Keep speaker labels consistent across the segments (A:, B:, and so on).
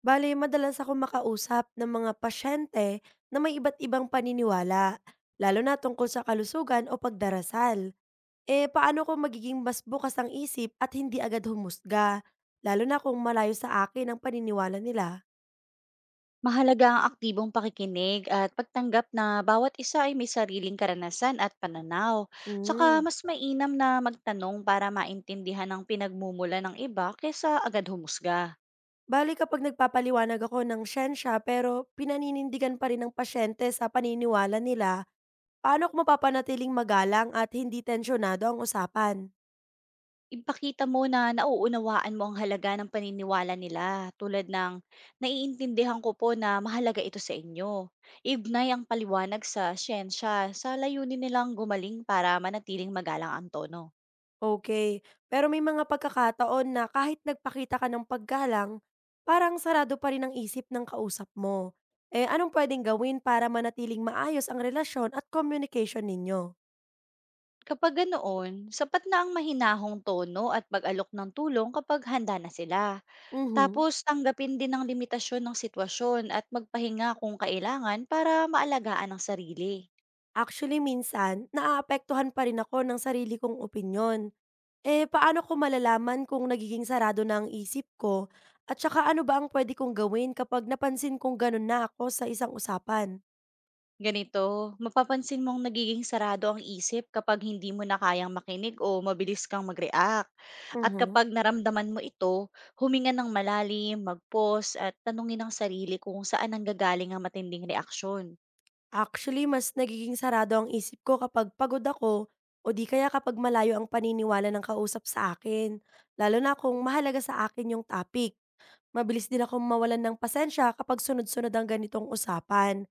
A: Bale, madalas akong makausap ng mga pasyente na may iba't ibang paniniwala, lalo na tungkol sa kalusugan o pagdarasal. Eh, paano ko magiging mas bukas ang isip at hindi agad humusga, lalo na kung malayo sa akin ang paniniwala nila?
B: Mahalaga ang aktibong pakikinig at pagtanggap na bawat isa ay may sariling karanasan at pananaw. Saka
A: Mm.
B: mas mainam na magtanong para maintindihan ang pinagmumula ng iba kaysa agad humusga.
A: Bali kapag nagpapaliwanag ako ng siyensya pero pinaninindigan pa rin ng pasyente sa paniniwala nila, paano ko mapapanatiling magalang at hindi tensyonado ang usapan?
B: Ipakita mo na nauunawaan mo ang halaga ng paniniwala nila, tulad ng naiintindihan ko po na mahalaga ito sa inyo. Ignay ang paliwanag sa siyensya sa layunin nilang gumaling para manatiling magalang ang tono.
A: Okay. Pero may mga pagkakataon na kahit nagpakita ka ng paggalang, parang sarado pa rin ang isip ng kausap mo. Eh, anong puwedeng gawin para manatiling maayos ang relasyon at communication ninyo?
B: Kapag ganoon, sapat na ang mahinahong tono at pag-alok ng tulong kapag handa na sila.
A: Mhm.
B: Tapos tanggapin din ang limitasyon ng sitwasyon at magpahinga kung kailangan para maalagaan ang sarili.
A: Actually, minsan naaapektuhan pa rin ako ng sarili kong opinyon. Eh, paano ko malalaman kung nagiging sarado na ang isip ko at saka ano ba ang pwede kong gawin kapag napansin kong gano'n na ako sa isang usapan?
B: Ganito, mapapansin mong nagiging sarado ang isip kapag hindi mo na kayang makinig o mabilis kang mag-react. At kapag
A: Mhm.
B: naramdaman mo ito, huminga ng malalim, mag-pause at tanungin ang sarili kung saan ang gagaling ang matinding reaksyon.
A: Actually, mas nagiging sarado ang isip ko kapag pagod ako o di kaya kapag malayo ang paniniwala ng kausap sa akin. Lalo na kung mahalaga sa akin yung topic. Mabilis din akong mawalan ng pasensya kapag sunod-sunod ang ganitong usapan.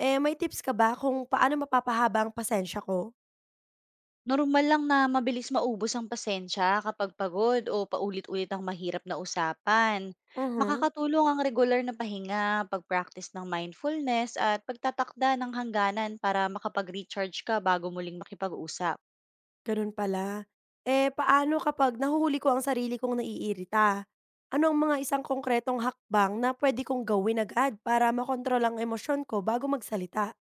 A: Eh, may tips ka ba kung paano mapapahaba ang pasensya ko?
B: Normal lang na mabilis maubos ang pasensya kapag pagod o paulit-ulit ang mahirap na usapan.
A: Mhm,
B: Makakatulong ang regular na pahinga, pag-practice ng mindfulness at pagtatakda ng hangganan para makapag-recharge ka bago muling makipag-usap.
A: ganun pala. Eh, paano kapag nahuhuli ko ang sarili kong naiirita? Ano ang mga isang konkretong hakbang na pwede kong gawin agad para makontrol ang emosyon ko bago magsalita?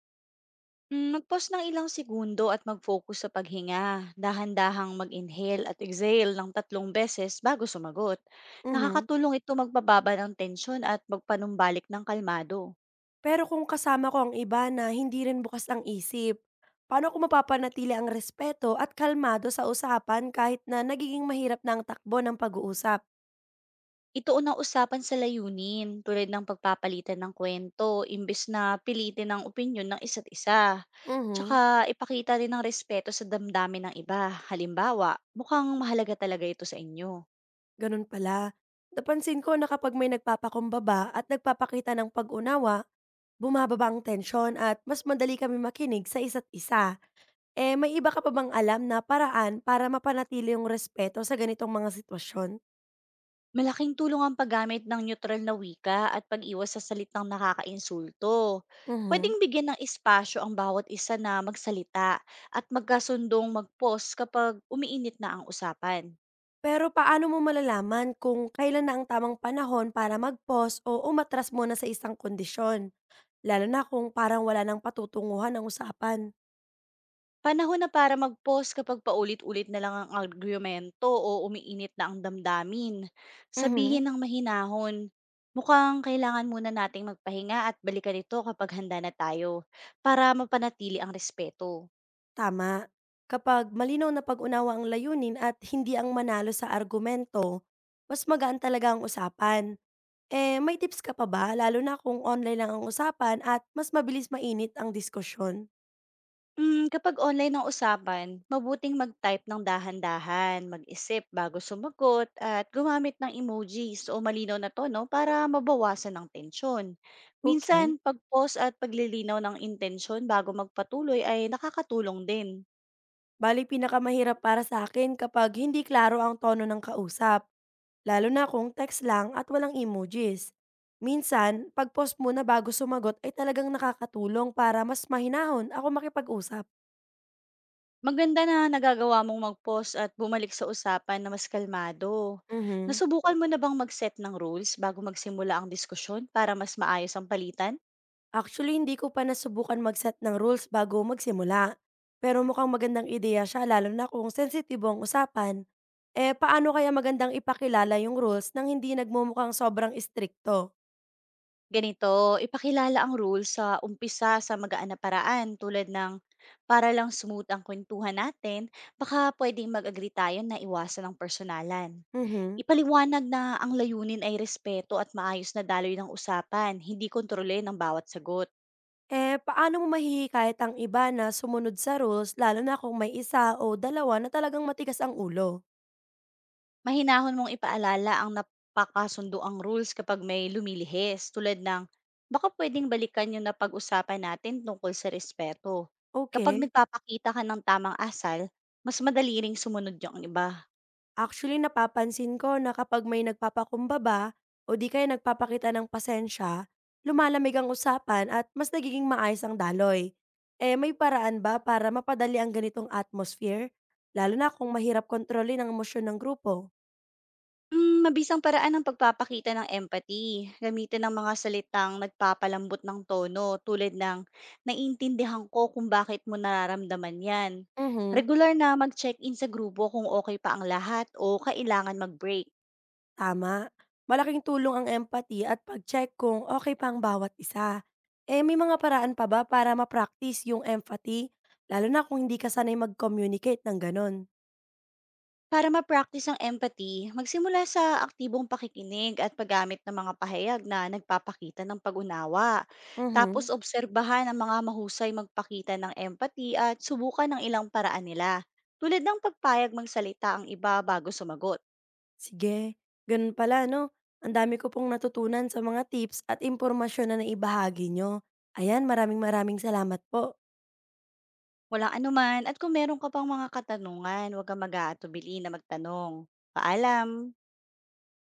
B: Mag-pause ng ilang segundo at mag-focus sa paghinga. Dahan-dahang mag-inhale at exhale ng 3 beses bago sumagot.
A: Mhm.
B: Nakakatulong ito magbababa ng tensyon at magpanumbalik ng kalmado.
A: Pero kung kasama ko ang iba na hindi rin bukas ang isip, paano ko mapapanatili ang respeto at kalmado sa usapan kahit na nagiging mahirap na ang takbo ng pag-uusap?
B: Ituon ang usapan sa layunin, tulad ng pagpapalitan ng kwento imbes na pilitin ang opinyon ng isa't isa. Tsaka
A: Mhm,
B: ipakita rin ng respeto sa damdamin ng iba. Halimbawa, mukhang mahalaga talaga ito sa inyo.
A: ganun pala. Napansin ko na kapag may nagpapakumbaba at nagpapakita ng pag-unawa, bumababa ang tensyon at mas madali kami makinig sa isa't isa. Eh, may iba ka pa bang alam na paraan para mapanatili yung respeto sa ganitong mga sitwasyon?
B: Malaking tulong ang paggamit ng neutral na wika at pag-iwas sa salitang nakakainsulto. Pwedeng
A: Mhm.
B: bigyan ng espasyo ang bawat isa na magsalita at magkasundong mag-pause kapag umiinit na ang usapan.
A: Pero paano mo malalaman kung kailan na ang tamang panahon para mag-pause o umatras muna sa isang kondisyon? Lalo na kung parang wala ng patutunguhan ang usapan.
B: Panahon na para mag-pause kapag paulit-ulit na lang ang argumento o umiinit na ang damdamin. Sabihin
A: Mhm.
B: ng mahinahon, mukhang kailangan muna nating magpahinga at balikan ito kapag handa na tayo para mapanatili ang respeto.
A: Tama. Kapag malinaw na pag-unawa ang layunin at hindi ang manalo sa argumento, mas magaan talaga ang usapan. Eh, may tips ka pa ba? Lalo na kung online lang ang usapan at mas mabilis mainit ang diskusyon.
B: Kapag online ang usapan, mabuting mag-type ng dahan-dahan, mag-isip bago sumagot, at gumamit ng emojis o malinaw na tono para mabawasan ang tensyon. Minsan,
A: Okay.
B: pag-pause at paglilinaw ng intensyon bago magpatuloy ay nakakatulong din.
A: Bali, pinakamahirap para sa akin kapag hindi klaro ang tono ng kausap lalo na kung text lang at walang emojis. Minsan, pag-pause muna bago sumagot ay talagang nakakatulong para mas mahinahon ako makipag-usap.
B: Maganda na nagagawa mong mag-pause at bumalik sa usapan na mas kalmado.
A: Mhm.
B: Nasubukan mo na bang mag-set ng rules bago magsimula ang diskusyon para mas maayos ang palitan?
A: Actually, hindi ko pa nasubukan mag-set ng rules bago magsimula. Pero mukhang magandang ideya siya lalo na kung sensitibo ang usapan. Eh, paano kaya magandang ipakilala yung rules nang hindi nagmumukhang sobrang istrikto?
B: Ganito, ipakilala ang rule sa umpisa sa magaan na paraan, tulad ng para lang smooth ang kwentuhan natin, baka pwedeng mag-agree tayo na iwasan ang personalan.
A: Mhm.
B: Ipaliwanag na ang layunin ay respeto at maayos na daloy ng usapan, hindi kontrole ng bawat sagot.
A: Eh, paano mo mahihikayat ang iba na sumunod sa rules lalo na kung may isa o dalawa na talagang matigas ang ulo?
B: Mahinahon mong ipaalala ang napakasundo ang rules kapag may lumilihis, tulad ng baka pwedeng balikan yung napag-usapan natin tungkol sa respeto. Kapag
A: Okay.
B: nagpapakita ka ng tamang asal, mas madali ring sumunod yung iba.
A: Actually, napapansin ko na kapag may nagpapakumbaba o di kaya nagpapakita ng pasensya, lumalamig ang usapan at mas nagiging maayos ang daloy. Eh, may paraan ba para mapadali ang ganitong atmosphere? Lalo na kung mahirap kontrolin ang emosyon ng grupo.
B: Mabisang paraan ng pagpapakita ng empathy. Gamitin ng mga salitang nagpapalambot ng tono, tulad ng naiintindihan ko kung bakit mo nararamdaman yan.
A: Mhm,
B: Regular na mag-check-in sa grupo kung okay pa ang lahat o kailangan mag-break.
A: tama. Malaking tulong ang empathy at pag-check kung okay pa ang bawat isa. Eh, may mga paraan pa ba para ma-practice yung empathy, lalo na kung hindi ka sanay mag-communicate ng gano'n?
B: Para ma-practice ang empathy, magsimula sa aktibong pakikinig at paggamit ng mga pahayag na nagpapakita ng pag-unawa. Tapos
A: Mhm.
B: obserbahan ang mga mahusay magpakita ng empathy at subukan ng ilang paraan nila, tulad ng pagpayag magsalita ang iba bago sumagot.
A: Sige, ganun pala 'no. Ang dami ko pong natutunan sa mga tips at impormasyon na naibahagi niyo. Ayan, maraming maraming salamat po.
B: Walang anuman, at kung meron ka pang mga katanungan, huwag kang mag-aatubili na magtanong. Paalam!